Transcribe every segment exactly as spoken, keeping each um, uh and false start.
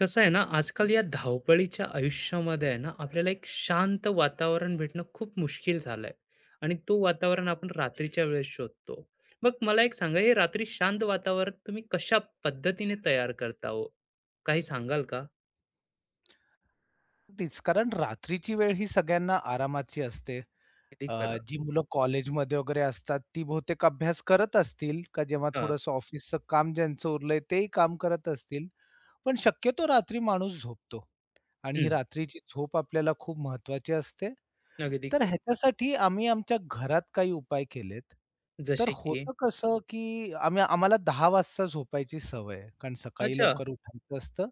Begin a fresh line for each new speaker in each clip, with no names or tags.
कसं आहे ना, आजकाल या धावपळीच्या आयुष्यामध्ये आहे ना, आपल्याला एक शांत वातावरण भेटणं खूप मुश्किल झालंय आणि तो वातावरण आपण रात्रीच्या वेळेस शोधतो. मग मला एक सांगा, हे रात्री शांत वातावरण तुम्ही कशा पद्धतीने तयार करता हो? काही सांगाल का?
तेच. कारण रात्रीची वेळ ही सगळ्यांना आरामाची असते.
अगदी
अ,
खरं.
जी मुलं कॉलेजमध्ये वगैरे असतात, ती बहुतेक अभ्यास करत असतील, का जेव्हा
हां.
थोडंसं ऑफिसचं काम ज्यांचं उरलंय तेही काम करत असतील. पण शक्यतो रात्री माणूस झोपतो आणि ही
हं.
रात्रीची झोप आपल्याला खूप महत्वाची असते.
अगदी
तर
खरं.
ह्याच्यासाठी आम्ही आमच्या घरात काही उपाय केलेत. तर
जसे की?
होतं कसं, की आम्ही आम्हाला दहा वाजता झोपायची सवय आहे. कारण सकाळी
अच्छा.
लवकर उठायचं असतं.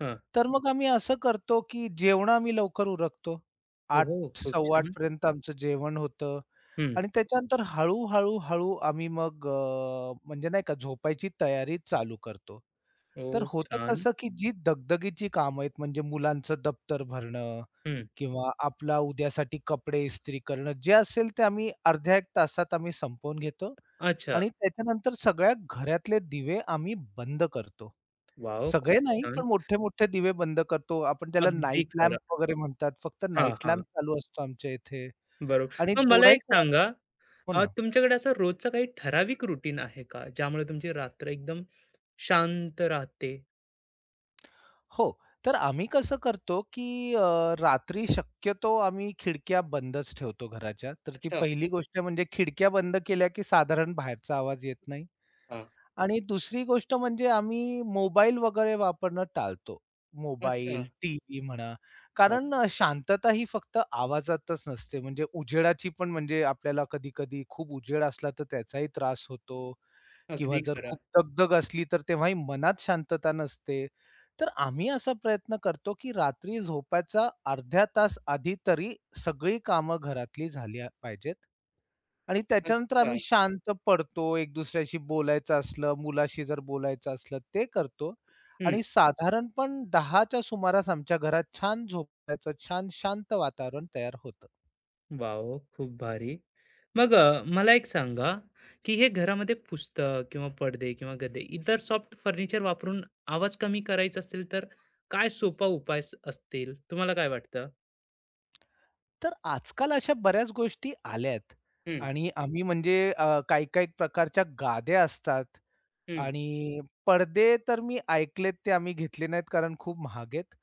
हां.
तर मग आम्ही असं करतो, की जेवणं आम्ही लवकर उरकतो.
ओहो! खूप
आठ-सव्वा आठ
छान.
पर्यंत आमचं जेवण होतं
हं.
आणि त्याच्यानंतर हळू-हळू, हळू आम्ही मग अ, म्हणजे नाही का झोपायची तयारी चालू करतो.
ओह!
तर होतं
छान.
कसं, की जी दगदगीची कामं आहेत म्हणजे मुलांचं दप्तर भरणं
हं.
किंवा आपला उद्यासाठी कपडे इस्त्री करणं जे असेल ते आम्ही अर्ध्या एक तासात आम्ही संपवून घेतो
अच्छा.
आणि त्याच्यानंतर सगळ्या घरातले दिवे आम्ही बंद करतो.
वॉव!
सगळे
खूप
नाही,
छान.
पण मोठे-मोठे दिवे बंद करतो. आपण त्याला
अगदी
नाईट
खरं.
लॅम्प वगैरे म्हणतात. फक्त
हां,
नाईट
हां.
लॅम्प चालू असतो आमच्या इथे
बरोबर.
आणि
मग मला
तेवढाही
एक
कोणाला
सांगा,
हो
अ,
ना.
तुमच्याकडे असं रोजचं काही ठराविक रुटीन आहे का? ज्यामुळे तुमची रात्र एकदम शांत राहते?
हो. तर आम्ही कसं करतो, की अ, रात्री शक्यतो आम्ही खिडक्या बंदच ठेवतो घराच्या. तर ती
अच्छा.
पहिली गोष्ट म्हणजे खिडक्या बंद केल्या, की साधारण बाहेरचा आवाज येत नाही.
हां.
आणि दुसरी गोष्ट म्हणजे आम्ही मोबाईल वगैरे वापरणं टाळतो.
अच्छा.
मोबाईल, टीव्ही म्हणा,
हां.
कारण अ, शांतता ही फक्त आवाजातच नसते. म्हणजे उजेडाची पण म्हणजे आपल्याला कधी-कधी खूप उजेड असला तर त्याचाही त्रास होतो किंवा
अगदी
जर
खरं.
खूप दगदग असली तर तेव्हाही मनात शांतता नसते. तर आम्ही असा प्रयत्न करतो, की रात्री झोपायचा अर्ध्या तास आधी तरी सगळी कामं घरातली झाली आ- पाहिजेत. आणि त्याच्यानंतर
अच्छा.
आम्ही शांत पडतो, एक दुसऱ्याशी बोलायचं असलं, मुलाशी जर बोलायचं असलं ते करतो.
हं.
आणि साधारण पण दहा च्या सुमारास आमच्या घरात छान झोपायचं, छान शांत वातावरण तयार होतं.
वॉव! खूप भारी. मग अ, मला एक सांगा, की हे घरामध्ये पुस्तक किंवा पडदे किंवा गदे इतर सॉफ्ट फर्निचर वापरून आवाज कमी करायचा असेल, तर काय सोपा उपाय स असतील? तुम्हाला काय वाटतं?
तर आजकाल अशा बऱ्याच गोष्टी आल्यात
हं,
आणि आम्ही म्हणजे अ, काही-काही प्रकारच्या गाद्या असतात
हं.
आणि पडदे तर मी ऐकलेत ते आम्ही घेतले नाहीत कारण खूप महाग आहेत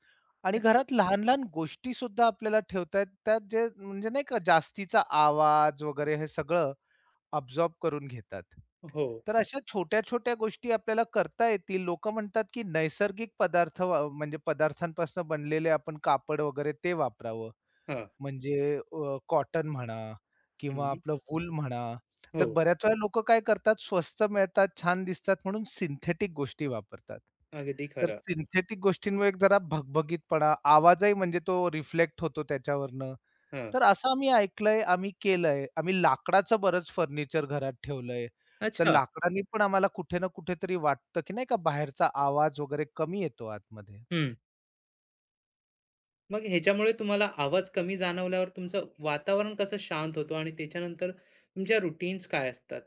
आणि
अच्छा.
घरात लहान-लहान गोष्टी सुद्धा आपल्याला ठेवता येतात त्यात जे म्हणजे नाही का जास्तीचा आवाज वगैरे हे सगळं अब्सॉर्ब करून घेतात.
हो.
तर अशा छोट्या-छोट्या गोष्टी आपल्याला करता येतील. लोकं म्हणतात की नैसर्गिक पदार्थ वा म्हणजे पदार्थांपासून बनलेले आपण कापड वगैरे ते वापरावं.
हां.
म्हणजे कॉटन म्हणा किंवा
हं.
आपलं वूल म्हणा. तर
हो.
बऱ्याच वेळा लोकं काय करतात, स्वस्त मिळतात, छान दिसतात म्हणून सिंथेटिक गोष्टी वापरतात.
अगदी
तर
खरं.
सिंथेटिक गोष्टींमुळे एक जरा भगभगीतपणा, आवाजही म्हणजे तो रिफ्लेक्ट होतो त्याच्यावरनं.
हं.
तर असं आम्ही ऐकलंय, आम्ही केलंय. आम्ही लाकडाचं बरंच फर्निचर घरात ठेवलंय. तर
अच्छा.
लाकडानी पण आम्हाला कुठे ना कुठेतरी वाटतं, की नाही का बाहेरचा आवाज वगैरे कमी येतो आतमध्ये.
हं. मग ह्याच्यामुळे तुम्हाला आवाज कमी जाणवल्यावर तुमचं वातावरण कसं शांत होतं आणि त्याच्यानंतर तुमच्या रूटीन्स काय असतात?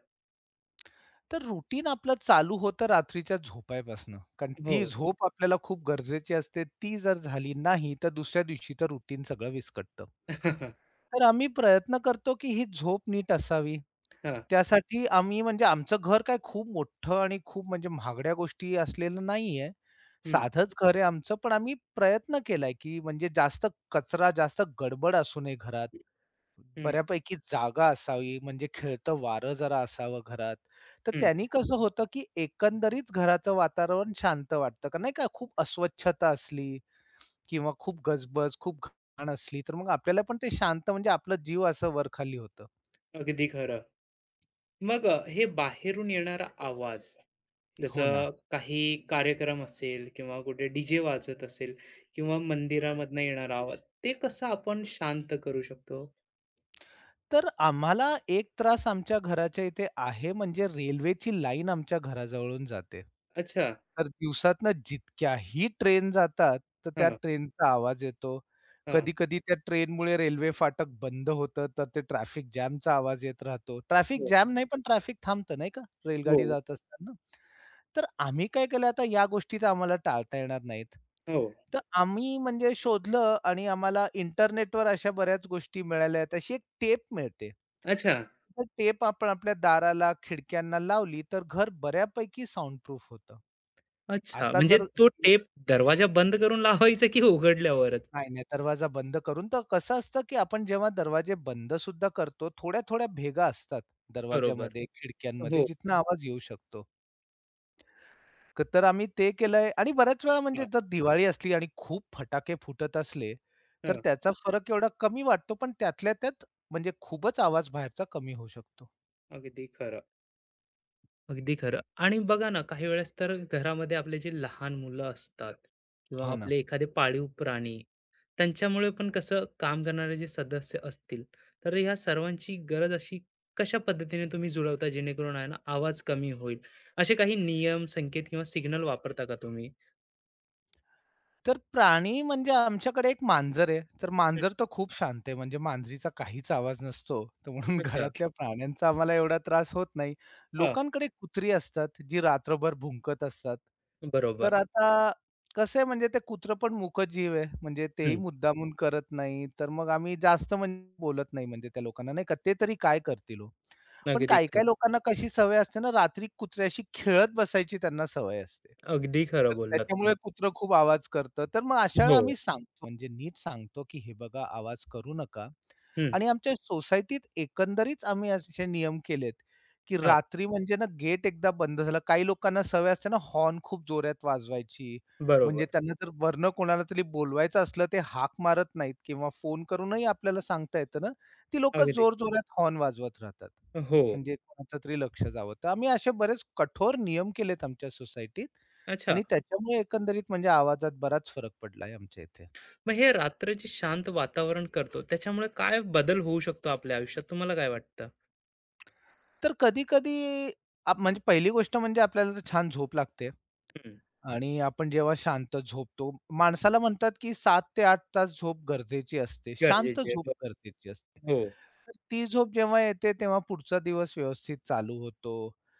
तर रुटीन आपलं चालू होतं रात्रीच्या झोपायपासनं. कारण ती हं.
हो.
झोप आपल्याला खूप गरजेची असते. ती जर झाली नाही, तर दुसऱ्या दिवशी तर रुटीन सगळं विस्कटतं. तर आम्ही प्रयत्न करतो, की ही झोप नीट असावी.
हां.
त्यासाठी आम्ही म्हणजे आमचं घर काय खूप मोठं आणि खूप म्हणजे महागड्या गोष्टी असलेलं नाहीये.
हं,
साधंच घर आहे आमचं, पण आम्ही प्रयत्न केलाय, की म्हणजे जास्त कचरा, जास्त गडबड असू नये घरात.
हं,
बऱ्यापैकी जागा असावी, म्हणजे खेळतं वारं जरा असावं घरात. तर
हं.
त्यांनी कसं होतं, की एकंदरीत घराचं वातावरण शांत वाटतं. का नाही का खूप अस्वच्छता असली किंवा खूप गजबज, खूप घाण असली, तर मग आपल्याला पण ते शांत म्हणजे आपलं जीव असं वरखाली होतं.
अगदी खरं. मग अ, हे बाहेरून येणारा आवाज
हो ना.
जसं काही कार्यक्रम असेल किंवा कुठे डीजे जे वाजत असेल किंवा मंदिरामधनं येणारा आवाज, ते कसं आपण शांत करू शकतो?
तर आम्हाला एक त्रास आमच्या घराच्या इथे आहे, म्हणजे रेल्वेची लाईन आमच्या घराजवळून जाते.
अच्छा.
तर दिवसातनं जितक्याही ट्रेन जातात, तर त्या
हां,
ट्रेनचा आवाज येतो.
हां.
कधी-कधी त्या ट्रेनमुळे रेल्वे फाटक बंद होतं, तर ते ट्रॅफिक जॅमचा आवाज येत राहतो. ट्रॅफिक
हो,
जॅम नाही, पण ट्रॅफिक थांबतं नाही का, रेलगाडी
हो,
जात असताना. तर आम्ही काय केलं आता या गोष्टी तर आम्हाला टाळता येणार नाहीत.
हो.
तर आम्ही म्हणजे शोधलं आणि आम्हाला इंटरनेटवर अशा बऱ्याच गोष्टी मिळाल्या. तशी एक टेप मिळते.
अच्छा.
तर टेप आपण आपल्या दाराला, खिडक्यांना लावली तर घर बऱ्यापैकी साउंड प्रूफ होतं.
अच्छा,
आता
म्हणजे
जर
तो टेप दरवाजा बंद करून लावायचा की उघडल्यावरच?
नाही, नाही, दरवाजा बंद करून तर कसं असतं, की आपण जेव्हा दरवाजे बंद सुद्धा करतो, थोड्या-थोड्या भेगा असतात
बरोबर.
दरवाजामध्ये, खिडक्यांमध्ये
हो.
जिथनं आवाज येऊ शकतो. क तर आम्ही ते केलंय आणि बऱ्याच वेळा म्हणजे
हां,
जर दिवाळी असली आणि खूप फटाके फुटत असले, तर
हां.
त्याचा फरक एवढा कमी वाटतो, पण त्यातल्या त्यात म्हणजे खूपच आवाज बाहेरचा कमी होऊ शकतो.
अगदी खरं. अगदी खरं. आणि बघा ना, काही वेळेस तर घरामध्ये आपले जे लहान मुलं असतात किंवा
हो ना.
आपले एखादे पाळीव प्राणी, त्यांच्यामुळे पण कसं काम करणारे जे सदस्य असतील, तर ह्या सर्वांची गरज अशी कशा पद्धतीने तुम्ही जुळवता जेणेकरून आहे ना, आवाज कमी होईल? असे काही नियम, संकेत किंवा सिग्नल वापरता का तुम्ही?
तर प्राणी म्हणजे आमच्याकडे एक मांजर आहे. तर मांजर तर खूप शांत आहे. म्हणजे मांजरीचा काहीच आवाज नसतो. तर म्हणून
अच्छा.
घरातल्या प्राण्यांचा आम्हाला एवढा त्रास होत नाही.
हां.
लोकांकडे कुत्री असतात, जी रात्रभर भुंकत असतात.
बरोबर.
तर आता कसं आहे म्हणजे ते कुत्रं पण मूकच जीव आहे. म्हणजे तेही
हं.
मुद्दामून करत नाही. तर मग आम्ही जास्त म्हणजे बोलत नाही म्हणजे त्या लोकांना नाही का. ते तरी काय करतील हो. पण
अगदी खरं.
काही-काही लोकांना कशी सवय असते ना, रात्री कुत्र्याशी खेळत बसायची त्यांना सवय असते.
अगदी खरं
तर
बोललात तुम्ही.
त्याच्यामुळे कुत्रं खूप आवाज करतं. तर मग अशा
हो.
वेळेला आम्ही सांगतो, म्हणजे नीट सांगतो, की "हे बघा आवाज करू नका."
हं.
आणि आमच्या सोसायटीत एकंदरीच आम्ही असे नियम केलेत, की
हां.
रात्री म्हणजे ना गेट एकदा बंद झालं काही लोकांना सवय असते ना हॉर्न खूप जोरात वाजवायची.
बरोबर.
म्हणजे त्यांना जर वरनं कोणाला तरी बोलवायचं असलं ते हाक मारत नाहीत किंवा फोन करूनही आपल्याला सांगता येतं ना, ती लोकं
अगदी.
जोरजोरात हॉर्न वाजवत राहतात.
हो.
म्हणजे कोणाचं तरी लक्ष जावं. तर आम्ही असे बरेच कठोर नियम केलेत आमच्या सोसायटीत.
अच्छा.
आणि त्याच्यामुळे एकंदरीत म्हणजे आवाजात बराच फरक पडलाय आमच्या इथे.
मग हे रात्रीचे शांत वातावरण करतो, त्याच्यामुळे काय बदल होऊ शकतो आपल्या आयुष्यात तुम्हाला काय वाटतं?
तर कधी-कधी आप म्हणजे पहिली गोष्ट म्हणजे आपल्याला तर छान झोप लागते
हं.
आणि आपण जेव्हा शांत झोपतो, माणसाला म्हणतात की सात ते आठ तास झोप गरजेची असते. शांत
गरजेचे आहे.
झोप
ब
गरजेची असते.
हो.
तर ती झोप जेव्हा येते तेव्हा पुढचा दिवस व्यवस्थित चालू होतो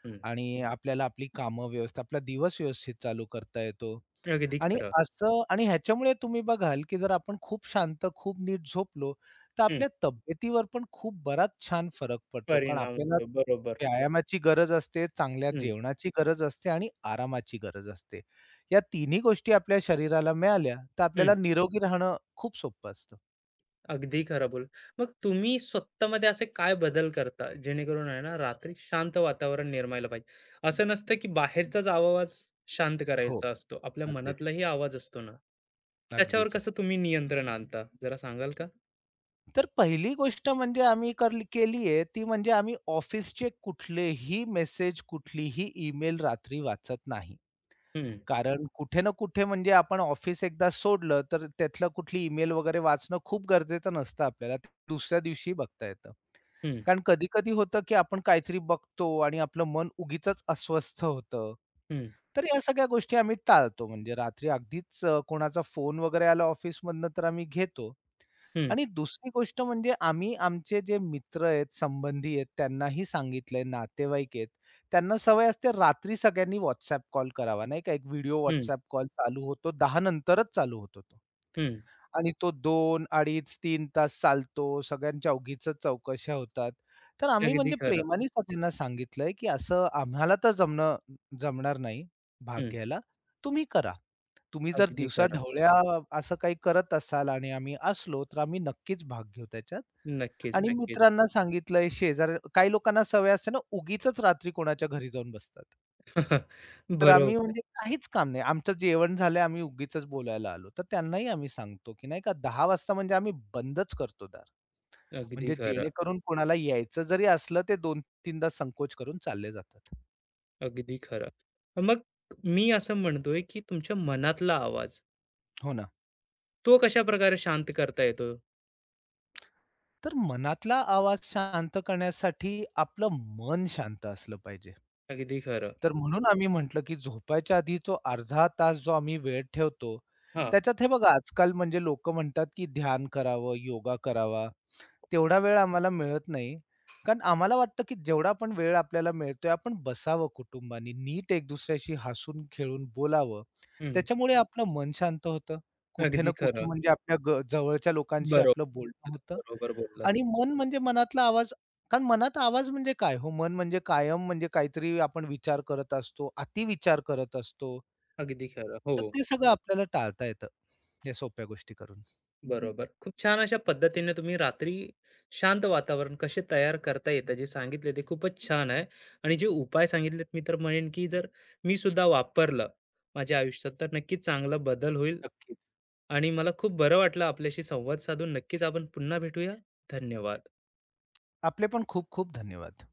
हं.
आणि आपल्याला आपली कामं व्यवस्थित आपला दिवस व्यवस्थित चालू करता येतो.
अगदी
आणि
खरं.
असं आणि ह्याच्यामुळे तुम्ही बघाल, की जर आपण खूप शांत, खूप नीट झोपलो, तर
हं.
आपल्या तब्येतीवर पण खूप बराच छान फरक पडतो. कारण
परिणाम
आपल्याला
होतो. बरोबर.
व्यायामाची गरज असते, चांगल्या
हं.
जेवणाची गरज असते आणि आरामाची गरज असते. या तिन्ही गोष्टी आपल्या शरीराला मिळाल्या, तर आपल्याला
हं.
निरोगी राहणं खूप सोपं असतं.
अगदी खरं बोल. मग तुम्ही स्वतःमध्ये असे काय बदल करता, जेणेकरून आहे ना, रात्री शांत वातावरण निर्मायला पाहिजे? असं नसतं की बाहेरचाच आवाज शांत
हो,
करायचा असतो. आपल्या
अगदीच,
मनातलाही आवाज असतो ना, त्याच्यावर
अगदीच.
कसं तुम्ही नियंत्रण आणता? जरा सांगाल का?
तर पहिली गोष्ट म्हणजे आम्ही करली केली आहे, ती म्हणजे आम्ही ऑफिसचे कुठलेही मेसेज, कुठलीही ईमेल रात्री वाचत नाही.
हं,
कारण कुठे ना कुठे म्हणजे आपण ऑफिस एकदा सोडलं, तर त्यातलं कुठली ईमेल वगैरे वाचणं खूप गरजेचं नसतं आपल्याला. ते दुसऱ्या दिवशी बघता येतं.
हं,
कारण कधी-कधी होतं, की आपण काहीतरी बघतो आणि आपलं मन उगीचच अस्वस्थ होतं.
हं,
तर या सगळ्या गोष्टी आम्ही टाळतो. म्हणजे रात्री अगदीच अ, कोणाचा फोन वगैरे आला ऑफिसमधनं, तर आम्ही घेतो.
हं,
आणि दुसरी गोष्ट म्हणजे आम्ही आमचे जे मित्र आहेत, संबंधी आहेत त्यांनाही सांगितलंय, नातेवाईक आहेत. त्यांना सवय असते रात्री सगळ्यांनी WhatsApp कॉल करावा, नाही का? एक व्हिडिओ
हं,
WhatsApp कॉल चालू होतो, दहा नंतरच चालू होतो तो.
हं.
आणि तो दोन, अडीच, तीन, तास चालतो. सगळ्यांच्या उगीचच चौकशा होतात. तर आम्ही
अगदी
म्हणजे
खरं.
प्रेमानेच त्यांना सांगितलंय, की असं आम्हाला तर जमणं जमणार नाही भाग
हं,
घ्यायला. तुम्ही करा. तुम्ही जर
अगदी
दिवसा
खरं.
ढवळ्या असं काही करत असाल आणि आम्ही असलो, तर आम्ही नक्कीच भाग घेऊ त्याच्यात.
नक्कीच,
आणि
नक्कीच.
मित्रांना सांगितलंय, शेजार काही लोकांना सवय असते ना, उगीचच रात्री कोणाच्या घरी जाऊन बसतात. तर आम्ही
बरोबर.
म्हणजे काहीच काम नाही. आमचं जेवण झालंय, आम्ही उगीचच बोलायला आलो. तर त्यांनाही आम्ही सांगतो, की नाही का दहा वाजता म्हणजे आम्ही बंदच करतो दार.
अगदी
म्हणजे
खरं,
जेणेकरून कोणाला यायचं जरी असलं, ते दोन तीन संकोच करून चालले जातात.
अगदी खरं. मग मी असं म्हणतोय की तुमच्या मनातला आवाज
हो ना.
तो कशाप्रकारे शांत करता येतो?
तर मनातला आवाज शांत करण्यासाठी आपलं मन शांत असलं पाहिजे.
अगदी खरं.
तर म्हणून आम्ही म्हटलं, की झोपायच्या आधी जो अर्धा तास जो आम्ही वेळ ठेवतो,
हां.
त्याच्यात हे बघा आजकाल म्हणजे लोकं म्हणतात, की ध्यान करावं, योगा करावा. तेवढा वेळ आम्हाला मिळत नाही. कारण आम्हाला वाटतं, की जेवढा पण वेळ आपल्याला मिळतोय, आपण बसावं कुटुंबानी, नीट एक दुसऱ्याशी हसून खेळून बोलावं.
हं.
त्याच्यामुळे आपलं मन शांत होतं. कुठे ना
अगदी
कुठे
खरं.
म्हणजे आपल्या ग जवळच्या लोकांशी आपलं
बरोबर,
बोलणं होतं
बरोबर बोललात.
आणि मन म्हणजे मनातला आवाज कारण मनात आवाज म्हणजे काय हो? मन म्हणजे कायम म्हणजे काहीतरी आपण विचार करत असतो, अतिविचार करत असतो.
अगदी खरं. हो,
तर ते सगळं आपल्याला टाळता येतं, या सोप्या गोष्टी करून.
बरोबर. खूप छान अशा पद्धतीने तुम्ही रात्री शांत वातावरण कसे तयार करता येतं जे सांगितले ते खूपच छान आहे आणि जे उपाय सांगितलेत मी तर म्हणेन, की जर मी सुद्धा वापरलं माझ्या आयुष्यात तर नक्कीच चांगला बदल होईल
नक्कीच.
आणि मला खूप बरं वाटलं आपल्याशी संवाद साधून. नक्कीच आपण पुन्हा भेटूया. धन्यवाद.
आपले पण खूप खूप धन्यवाद.